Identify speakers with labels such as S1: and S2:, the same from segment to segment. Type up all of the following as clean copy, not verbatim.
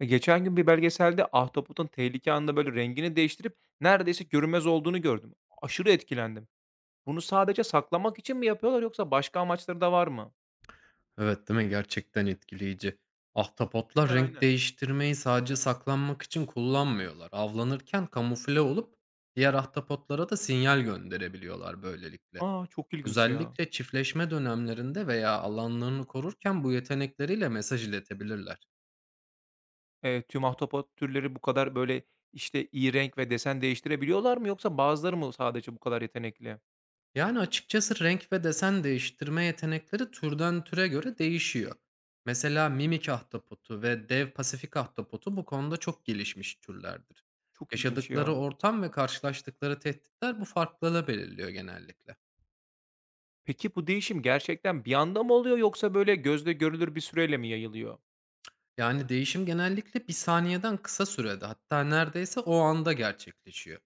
S1: Geçen gün bir belgeselde ahtapotun tehlike anında böyle rengini değiştirip neredeyse görünmez olduğunu gördüm. Aşırı etkilendim. Bunu sadece saklamak için mi yapıyorlar yoksa başka amaçları da var mı?
S2: Evet, değil mi? Gerçekten etkileyici. Ahtapotlar
S1: Aynen,
S2: renk
S1: aynen.
S2: değiştirmeyi sadece saklanmak için kullanmıyorlar. Avlanırken kamufle olup diğer ahtapotlara da sinyal gönderebiliyorlar böylelikle.
S1: Aa, çok ilginç ya.
S2: Özellikle çiftleşme dönemlerinde veya alanlarını korurken bu yetenekleriyle mesaj iletebilirler.
S1: Tüm ahtapot türleri bu kadar böyle işte iyi renk ve desen değiştirebiliyorlar mı yoksa bazıları mı sadece bu kadar yetenekli?
S2: Yani açıkçası renk ve desen değiştirme yetenekleri türden türe göre değişiyor. Mesela mimik ahtapotu ve dev pasifik ahtapotu bu konuda çok gelişmiş türlerdir.
S1: Çok ilginç
S2: Yaşadıkları
S1: ya.
S2: ortam ve karşılaştıkları tehditler bu farklılığı belirliyor genellikle.
S1: Peki bu değişim gerçekten bir anda mı oluyor yoksa böyle gözle görülür bir süreyle mi yayılıyor?
S2: Yani değişim genellikle bir saniyeden kısa sürede, hatta neredeyse o anda gerçekleşiyor.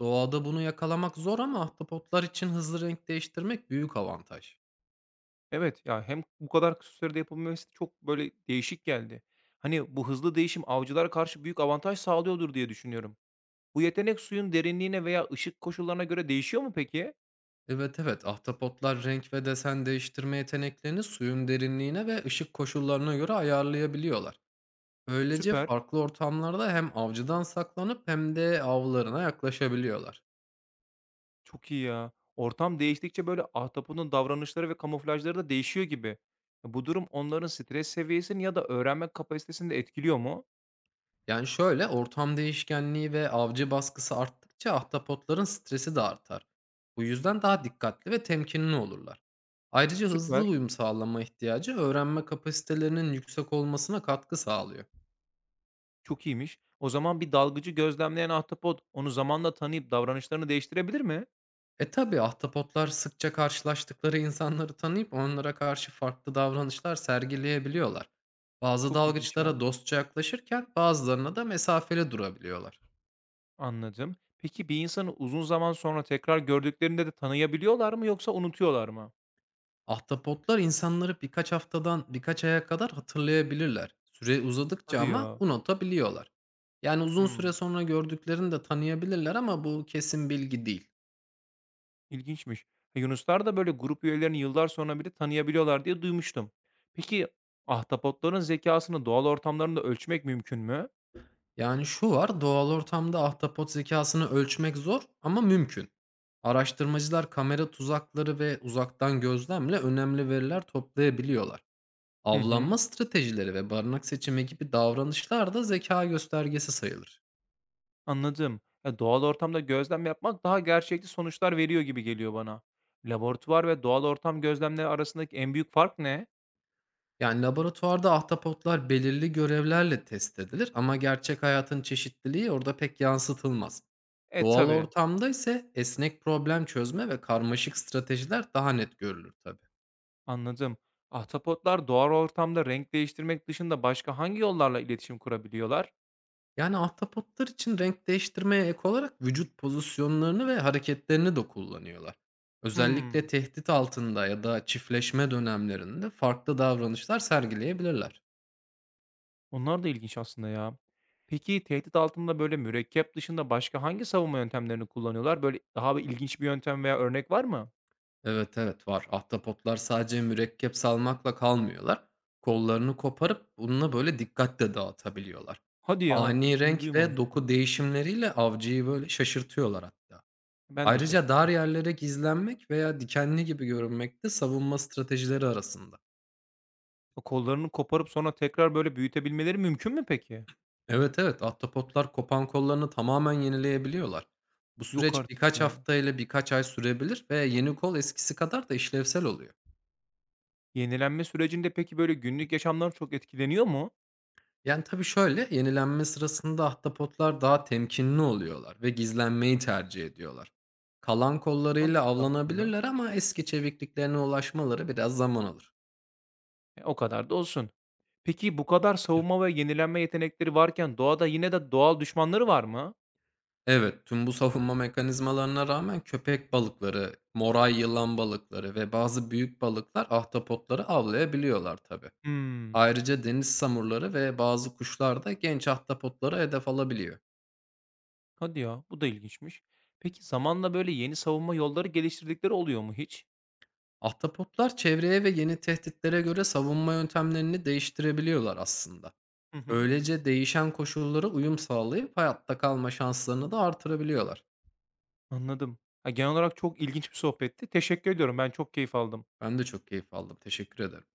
S2: Doğada bunu yakalamak zor ama ahtapotlar için hızlı renk değiştirmek büyük avantaj.
S1: Evet, ya, hem bu kadar kısa sürede yapılması çok, böyle, değişik geldi. Hani, bu hızlı değişim avcılara karşı büyük avantaj sağlıyordur diye düşünüyorum. Bu yetenek suyun derinliğine veya ışık koşullarına göre değişiyor mu peki?
S2: Evet, evet, ahtapotlar renk ve desen değiştirme yeteneklerini suyun derinliğine ve ışık koşullarına göre ayarlayabiliyorlar. Böylece
S1: Süper,
S2: farklı ortamlarda hem avcıdan saklanıp hem de avlarına yaklaşabiliyorlar.
S1: çok iyi ya. Ortam değiştikçe, böyle, ahtaponun davranışları ve kamuflajları da değişiyor gibi. Bu durum onların stres seviyesini ya da öğrenme kapasitesini de etkiliyor mu?
S2: Yani şöyle, ortam değişkenliği ve avcı baskısı arttıkça ahtapotların stresi de artar. Bu yüzden daha dikkatli ve temkinli olurlar. Ayrıca hızlı
S1: Süper,
S2: uyum sağlama ihtiyacı öğrenme kapasitelerinin yüksek olmasına katkı sağlıyor.
S1: çok iyiymiş. O zaman bir dalgıcı gözlemleyen ahtapot onu zamanla tanıyıp davranışlarını değiştirebilir mi?
S2: Tabii, ahtapotlar sıkça karşılaştıkları insanları tanıyıp onlara karşı farklı davranışlar sergileyebiliyorlar. Bazı
S1: Çok ilginç ya.
S2: dalgıçlara dostça yaklaşırken bazılarına da mesafeli durabiliyorlar.
S1: Anladım. Peki bir insanı uzun zaman sonra tekrar gördüklerinde de tanıyabiliyorlar mı yoksa unutuyorlar mı?
S2: Ahtapotlar insanları birkaç haftadan birkaç aya kadar hatırlayabilirler. Süre uzadıkça
S1: Hadi
S2: ama
S1: ya.
S2: unutabiliyorlar. Yani uzun süre
S1: Hımm,
S2: sonra gördüklerini de tanıyabilirler ama bu kesin bilgi değil.
S1: ilginçmiş. Yunuslar da böyle grup üyelerini yıllar sonra bile tanıyabiliyorlar diye duymuştum. Peki ahtapotların zekasını doğal ortamlarında ölçmek mümkün mü?
S2: Yani şu var, doğal ortamda ahtapot zekasını ölçmek zor ama mümkün. Araştırmacılar kamera tuzakları ve uzaktan gözlemle önemli veriler toplayabiliyorlar.
S1: Hı hı,
S2: Avlanma stratejileri ve barınak seçimi gibi davranışlar da zeka göstergesi sayılır.
S1: anladım. Ya, doğal ortamda gözlem yapmak daha gerçekçi sonuçlar veriyor gibi geliyor bana. Laboratuvar ve doğal ortam gözlemleri arasındaki en büyük fark ne?
S2: Yani laboratuvarda ahtapotlar belirli görevlerle test edilir ama gerçek hayatın çeşitliliği orada pek yansıtılmaz.
S1: E,
S2: Doğal
S1: tabii.
S2: ortamda ise esnek problem çözme ve karmaşık stratejiler daha net görülür tabii.
S1: Anladım. Ahtapotlar doğal ortamda renk değiştirmek dışında başka hangi yollarla iletişim kurabiliyorlar?
S2: Yani, ahtapotlar için renk değiştirmeye ek olarak vücut pozisyonlarını ve hareketlerini de kullanıyorlar. Özellikle
S1: Hmm,
S2: tehdit altında ya da çiftleşme dönemlerinde farklı davranışlar sergileyebilirler.
S1: onlar da ilginç aslında ya. Peki tehdit altında böyle mürekkep dışında başka hangi savunma yöntemlerini kullanıyorlar? Böyle daha bir ilginç bir yöntem veya örnek var mı?
S2: Evet, evet var. Ahtapotlar sadece mürekkep salmakla kalmıyorlar. Kollarını koparıp bununla böyle dikkatle dağıtabiliyorlar.
S1: Hadi ya,
S2: Ani
S1: bunu
S2: renk ve
S1: duymamıştım.
S2: doku değişimleriyle avcıyı böyle şaşırtıyorlar hatta.
S1: Ben de
S2: Ayrıca
S1: şaşırdım
S2: dar
S1: açıkçası.
S2: yerlere gizlenmek veya dikenli gibi görünmek de savunma stratejileri arasında.
S1: O kollarını koparıp sonra tekrar böyle büyütebilmeleri mümkün mü peki?
S2: Evet, evet, ahtapotlar kopan kollarını tamamen yenileyebiliyorlar. Bu
S1: Yok
S2: süreç
S1: artık
S2: birkaç
S1: ya.
S2: hafta ile birkaç ay sürebilir ve yeni kol eskisi kadar da işlevsel oluyor.
S1: Yenilenme sürecinde peki böyle günlük yaşamlar çok etkileniyor mu?
S2: Yani, tabii şöyle, yenilenme sırasında ahtapotlar daha temkinli oluyorlar ve gizlenmeyi tercih ediyorlar. Kalan kollarıyla
S1: Mantıklı aslında.
S2: avlanabilirler ama eski çevikliklerine ulaşmaları biraz zaman alır.
S1: O kadar da olsun. Peki bu kadar savunma ve yenilenme yetenekleri varken doğada yine de doğal düşmanları var mı?
S2: Evet, tüm bu savunma mekanizmalarına rağmen köpek balıkları, moray yılan balıkları ve bazı büyük balıklar ahtapotları avlayabiliyorlar tabii.
S1: Hımm.
S2: Ayrıca deniz samurları ve bazı kuşlar da genç ahtapotlara hedef alabiliyor.
S1: Hadi ya, bu da ilginçmiş. Peki zamanla böyle yeni savunma yolları geliştirdikleri oluyor mu hiç?
S2: Ahtapotlar çevreye ve yeni tehditlere göre savunma yöntemlerini değiştirebiliyorlar aslında.
S1: Hı hı.
S2: Böylece değişen koşullara uyum sağlayıp hayatta kalma şanslarını da artırabiliyorlar.
S1: Anladım. Ya, genel olarak çok ilginç bir sohbetti. Teşekkür ediyorum. Ben çok keyif aldım.
S2: Ben de çok keyif aldım. Teşekkür ederim.